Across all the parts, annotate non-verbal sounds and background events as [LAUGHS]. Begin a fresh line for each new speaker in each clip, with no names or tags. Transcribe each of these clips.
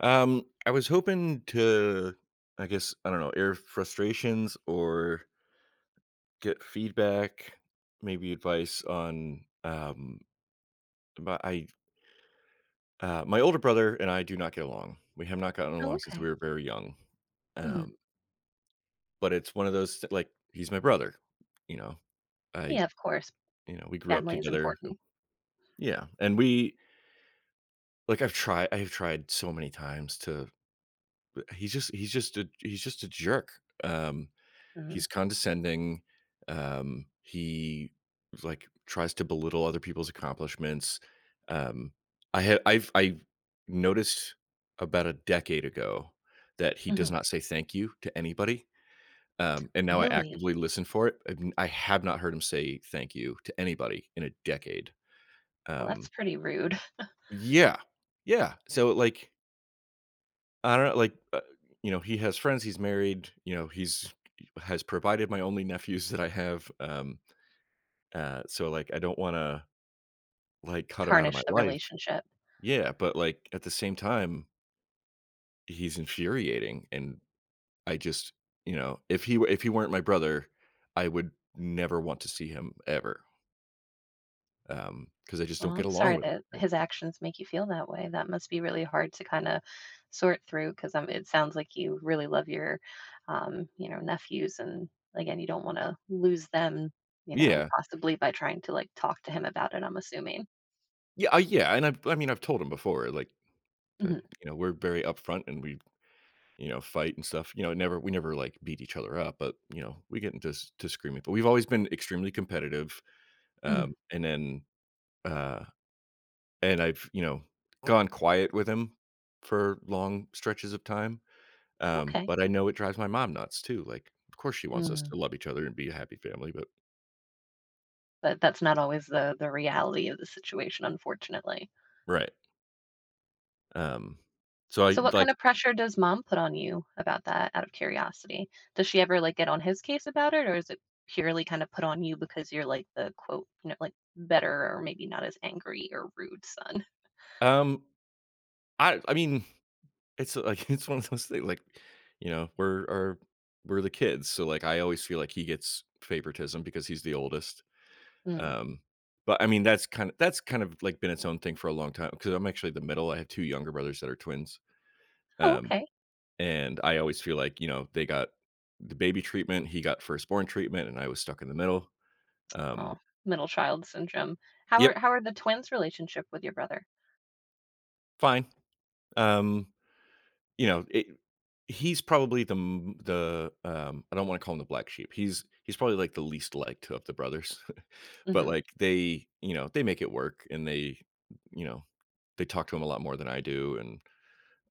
I was hoping to, I guess, I don't know, air frustrations or get feedback, maybe advice on. But I, my older brother and I do not get along. We have not gotten
Oh,
along since we
okay.
were very young.
Mhm.
Um, but it's one of those like he's my brother. You know, I,
Yeah, of course.
you know, we grew up
Family is
together.
important.
Yeah, and we like I've tried. I have tried so many times to. He's just a jerk.
Mm,
He's condescending. He like tries to belittle other people's accomplishments. Um, I had I've I noticed about a decade ago that he does
mhm.
not say thank you to anybody. And now I
Really?
actively listen for it. I have not heard him say thank you to anybody in a decade.
Well,
Um,
that's pretty rude. [LAUGHS]
yeah, yeah. So like I don't know, you know, he has friends. He's married. You know, he's has provided my only nephews that I have. So, like, I don't wanna, like, cut him out of my
Tarnish
[LAUGHS]
the
life.
relationship.
Yeah, but, like, at the same time, he's infuriating, and I just you know, if he weren't my brother, I would never want to see him ever. Because I just
Oh,
don't get
I'm
along
sorry
with
that
him.
his actions make you feel that way. That must be really hard to kinda sort through 'cause, it sounds like you really love your, nephews, and, again, you don't wanna lose them, you know,
Yeah.
possibly by trying to, like, talk to him about it, I'm assuming.
I mean, I've told him before, like, uh,
Mhm,
you know, we're very upfront and you know, fight and stuff, you know, never we never, like, beat each other up, but, you know, we get into s to screaming, but we've always been extremely competitive,
mhm.
and then, uh and I've, you know, gone quiet with him for long stretches of time,
Okay.
but I know it drives my mom nuts too, like, of course she wants us
Mm,
to love each other and be a happy family, but
but that's not always the reality of the situation, unfortunately.
right. um, so I
So what
like,
kind of pressure does mom put on you about that out of curiosity? Does she ever like get on his case about it, or is it purely kind of put on you because you're like the quote, you know, like better, or maybe not as angry or rude son?
um, I mean, it's, like, [LAUGHS] it's one of those things, like, you know, we're the kids, so, like, I always feel like he gets favoritism because he's the oldest.
Mm.
um, but, I mean, that's kind of, like, been its own thing for a long time. Because 'cause I'm actually the middle, I have 2 younger brothers that are twins.
Oh,
um
okay.
And I always feel like, you know, they got the baby treatment, he got firstborn treatment, and I was stuck in the middle. Um,
Oh, middle child syndrome. How are
yep,
how are the twins' relationship with your brother?
fine. Um, you know, he's probably the I don't want to call him the black sheep. He's probably like the least liked of the brothers, [LAUGHS] but
Mhm.
like they, you know, they make it work, and they, you know, they talk to him a lot more than I do, and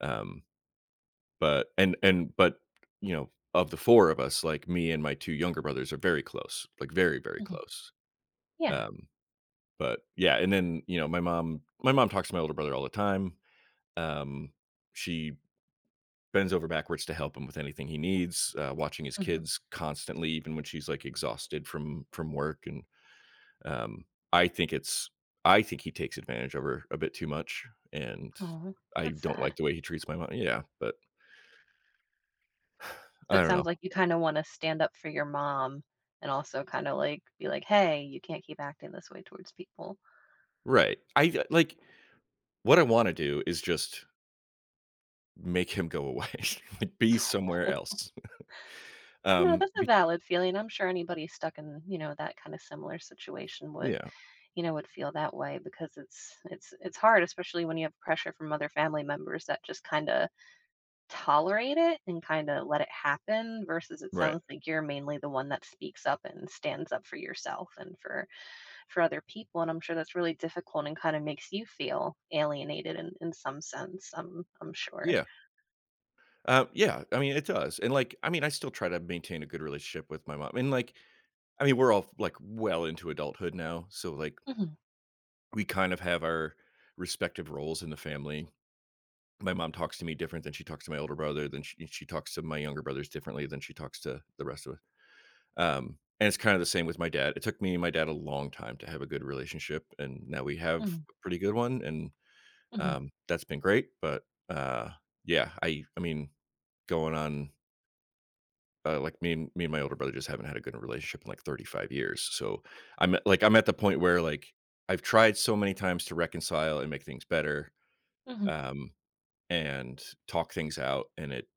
um, but and but you know, of the four of us, like me and my two younger brothers are very close, like very
Mhm.
close.
Yeah.
Um, But yeah, and then, you know, my mom talks to my older brother all the time. Um, she bends over backwards to help him with anything he needs, watching his
Mhm.
kids constantly, even when she's like exhausted from work. And um, I think it's I think he takes advantage of her a bit too much, and
Oh,
I
that's
don't like
sad.
the way he treats my mom. Yeah, but
So
I
it
don't know.
sounds like you kind of want to stand up for your mom and also kind of like be like, "Hey, you can't keep acting this way towards people."
Right? I Like what I want to do is just make him go away, [LAUGHS] like be somewhere
[LAUGHS]
else. [LAUGHS]
No,
Um,
that's a
be-
valid feeling. I'm sure anybody stuck in, you know, that kind of similar situation would,
yeah,
you know, would feel that way because it's hard, especially when you have pressure from other family members that just kind of tolerate it and kind of let it happen, versus it
right.
sounds like you're mainly the one that speaks up and stands up for yourself and for other people, and I'm sure that's really difficult and kind of makes you feel alienated in some sense. I'm sure.
Yeah. Yeah, I mean, it does. And like, I mean, I still try to maintain a good relationship with my mom. And like, I mean, we're all like well into adulthood now. So like,
Mhm.
we kind of have our respective roles in the family. My mom talks to me different than she talks to my older brother, than she talks to my younger brothers differently than she talks to the rest of us. And it's kind of the same with my dad. It took me and my dad a long time to have a good relationship. And now we have
Mhm.
a pretty good one. And
Mhm.
that's been great. But uh, I mean, going on like me and my older brother just haven't had a good relationship in like 35 years. So I'm at the point where like I've tried so many times to reconcile and make things better,
Mhm.
um, and talk things out and it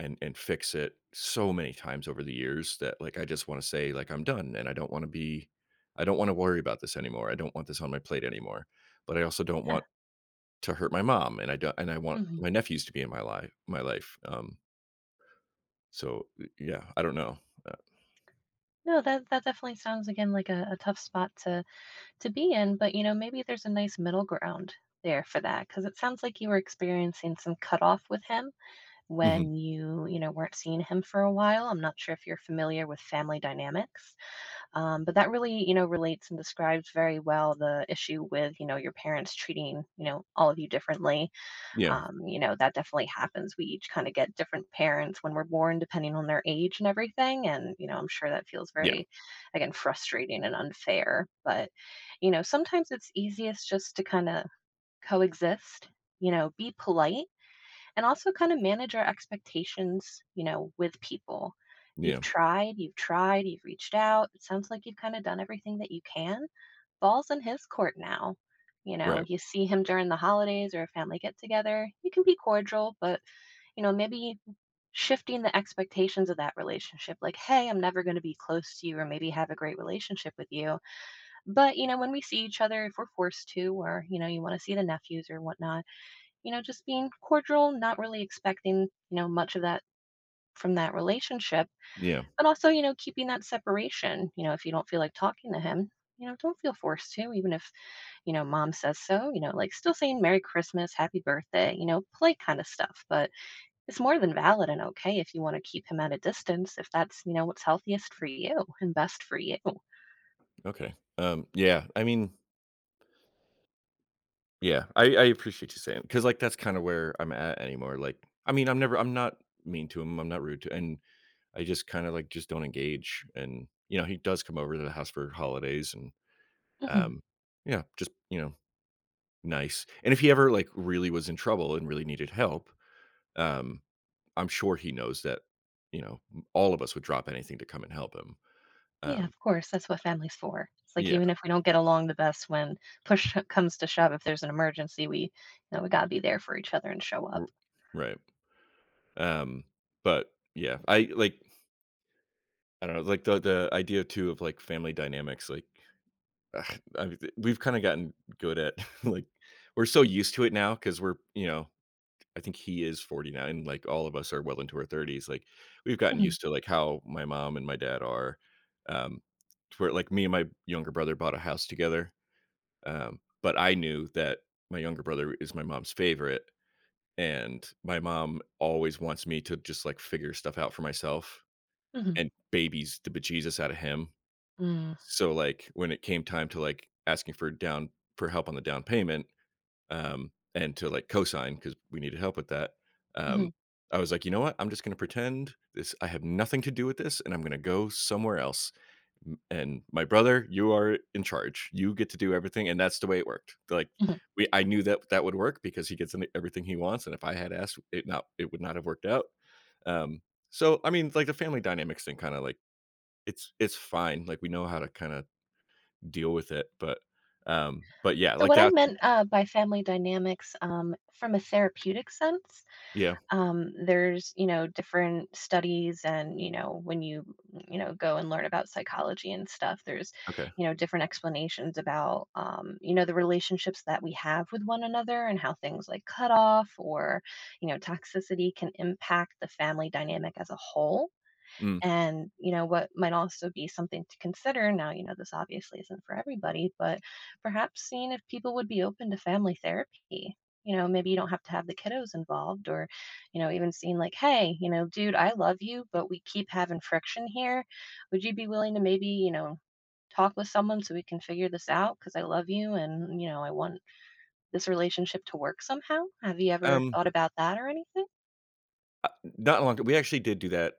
and fix it so many times over the years that like I just want to say like I'm done and I don't want to worry about this anymore. I don't want this on my plate anymore. But I also don't
Yeah.
want to hurt my mom and I don't and I want
Mhm.
my nephews to be in my life. So yeah, I don't know. Uh,
No, that that definitely sounds again like a tough spot to be in, but you know, maybe there's a nice middle ground there for that, because it sounds like you were experiencing some cutoff with him
mhm.
when you know, weren't seeing him for a while. I'm not sure if you're familiar with family dynamics, but that really, you know, relates and describes very well the issue with, you know, your parents treating, you know, all of you differently.
Yeah.
Um, you know, that definitely happens. We each kind of get different parents when we're born depending on their age and everything, and you know, I'm sure that feels
Yeah.
very again frustrating and unfair, but you know, sometimes it's easiest just to kind of coexist, you know, be polite, and also kind of manage our expectations, you know, with people. You've
Yeah,
tried, you've reached out, it sounds like you've kind of done everything that you can. Ball's in his court now. You know,
right.
you see him during the holidays or a family get together. You can be cordial, but, you know, maybe shifting the expectations of that relationship like, hey, I'm never going to be close to you or maybe have a great relationship with you. But, you know, when we see each other, if we're forced to, or, you know, you want to see the nephews or whatnot, you know, just being cordial, not really expecting, you know, much of that from that relationship,
Yeah,
but also, you know, keeping that separation. You know, if you don't feel like talking to him, you know, don't feel forced to, even if, you know, mom says so, you know, like still saying Merry Christmas, Happy Birthday, you know, polite kind of stuff. But it's more than valid and okay if you want to keep him at a distance, if that's, you know, what's healthiest for you and best for you.
okay. Yeah, I appreciate you saying because like that's kind of where I'm at anymore. Like, I mean, I'm not mean to him. I'm not rude to, and I just kind of like just don't engage. And you know, he does come over to the house for holidays, and
Mhm.
um, yeah, just you know, nice. And if he ever like really was in trouble and really needed help, um, I'm sure he knows that. You know, all of us would drop anything to come and help him.
Yeah,
Um,
of course. That's what family's for. It's like
yeah,
even if we don't get along the best, when push [LAUGHS] sho- comes to shove, if there's an emergency, we, you know, we gotta be there for each other and show
r-
up.
right. Um, but yeah, I like I don't know, like the idea too of like family dynamics, like [SIGHS] I we've kind of gotten good at [LAUGHS] like we're so used to it now because we're you know I think he is 40 now and like all of us are well into our 30s. Like we've gotten
Mhm.
used to like how my mom and my dad are. Um, to where like me and my younger brother bought a house together. But I knew that my younger brother is my mom's favorite, and my mom always wants me to just like figure stuff out for myself
Mhm.
and babies the bejesus out of him.
Mm.
So, like, when it came time to, like, asking for down for help on the down payment, and to, like, cosign because we needed help with that, um,
Mhm.
I was like, "You know what? I'm just gonna pretend this I have nothing to do with this, and I'm gonna go somewhere else, m and my brother, you are in charge. You get to do everything," and that's the way it worked. Like,
Mhm.
we I knew that that would work because he gets an everything he wants, and if I had asked, it would not have worked out. Um, so, I mean, like, the family dynamics thing kinda, like, it's fine, like, we know how to kinda deal with it, but, um, but yeah,
So,
like
what I
that
meant by family dynamics, from a therapeutic sense,
yeah,
there's, you know, different studies, and, you know, when you know, go and learn about psychology and stuff, there's,
okay.
you know, different explanations about, you know, the relationships that we have with one another and how things like cutoff or, you know, toxicity can impact the family dynamic as a whole.
mm,
And, you know, what might also be something to consider now, you know, this obviously isn't for everybody, but perhaps seeing if people would be open to family therapy. You know, maybe you don't have to have the kiddos involved, or, you know, even seeing like, hey, you know, dude, I love you, but we keep having friction here. Would you be willing to maybe, you know, talk with someone so we can figure this out? Because I love you and, you know, I want this relationship to work somehow. Have you ever
um,
thought about that or anything?
uh, Not a long, we actually did do that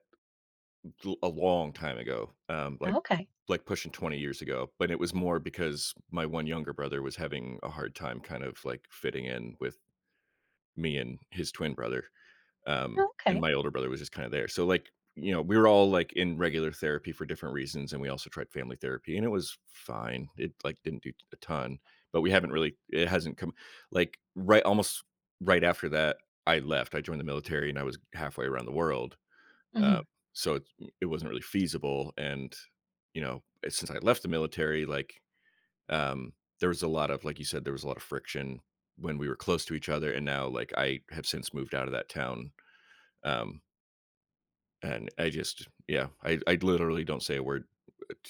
l a long time ago,
Okay.
like pushing 20 years ago, but it was more because my one younger brother was having a hard time kind of, like, fitting in with me and his twin brother. And
Okay.
my older brother was just kind of there. So like, you know, we were all like in regular therapy for different reasons, and we also tried family therapy, and it was fine. It like didn't do a ton, but we haven't really. It hasn't come like right almost right after that. I left. I joined the military, and I was halfway around the world. Uh,
Hmm.
so it, it wasn't really feasible. And you know, since I left the military, like um, there was a lot of like you said, there was a lot of friction when we were close to each other, and now like I have since moved out of that town. Um, and I just yeah, I literally don't say a word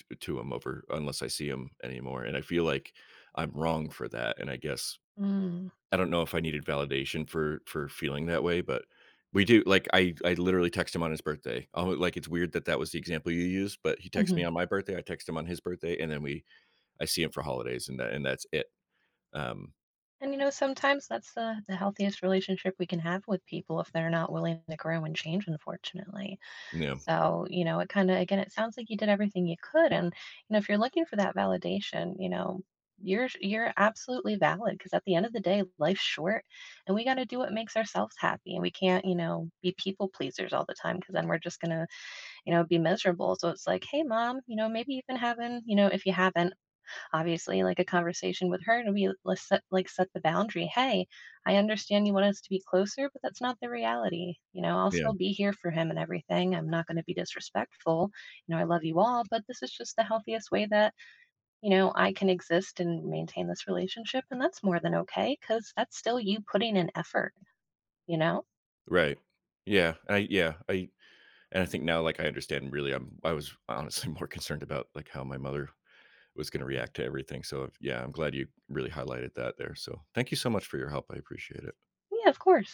to him over unless I see him anymore, and I feel like I'm wrong for that, and I guess
Mm-hmm.
I don't know if I needed validation for feeling that way, but we do like I literally text him on his birthday. Oh, like it's weird that that was the example you used, but he texts me
Mm-hmm.
on my birthday, I text him on his birthday, and then we I see him for holidays, and that's it. Um,
And you know, sometimes that's the healthiest relationship we can have with people if they're not willing to grow and change, unfortunately.
yeah,
So, you know, it kind of, again, it sounds like you did everything you could. And, you know, if you're looking for that validation, you know, you're absolutely valid, because at the end of the day life's short, and we got to do what makes ourselves happy, and we can't, you know, be people pleasers all the time, because then we're just gonna, you know, be miserable. So it's like, hey mom, you know, maybe even having, you know, if you haven't obviously, like a conversation with her to be, let's set, like set the boundary, hey, I understand you want us to be closer, but that's not the reality. You know, I'll
yeah,
still be here for him and everything, I'm not going to be disrespectful, you know, I love you all, but this is just the healthiest way that, you know, I can exist and maintain this relationship, and that's more than okay because that's still you putting in effort, you know.
right, yeah I And I think now like I understand really I was honestly [LAUGHS] more concerned about like how my mother was going to react to everything. So yeah, I'm glad you really highlighted that there. So thank you so much for your help. I appreciate it.
Yeah, of course.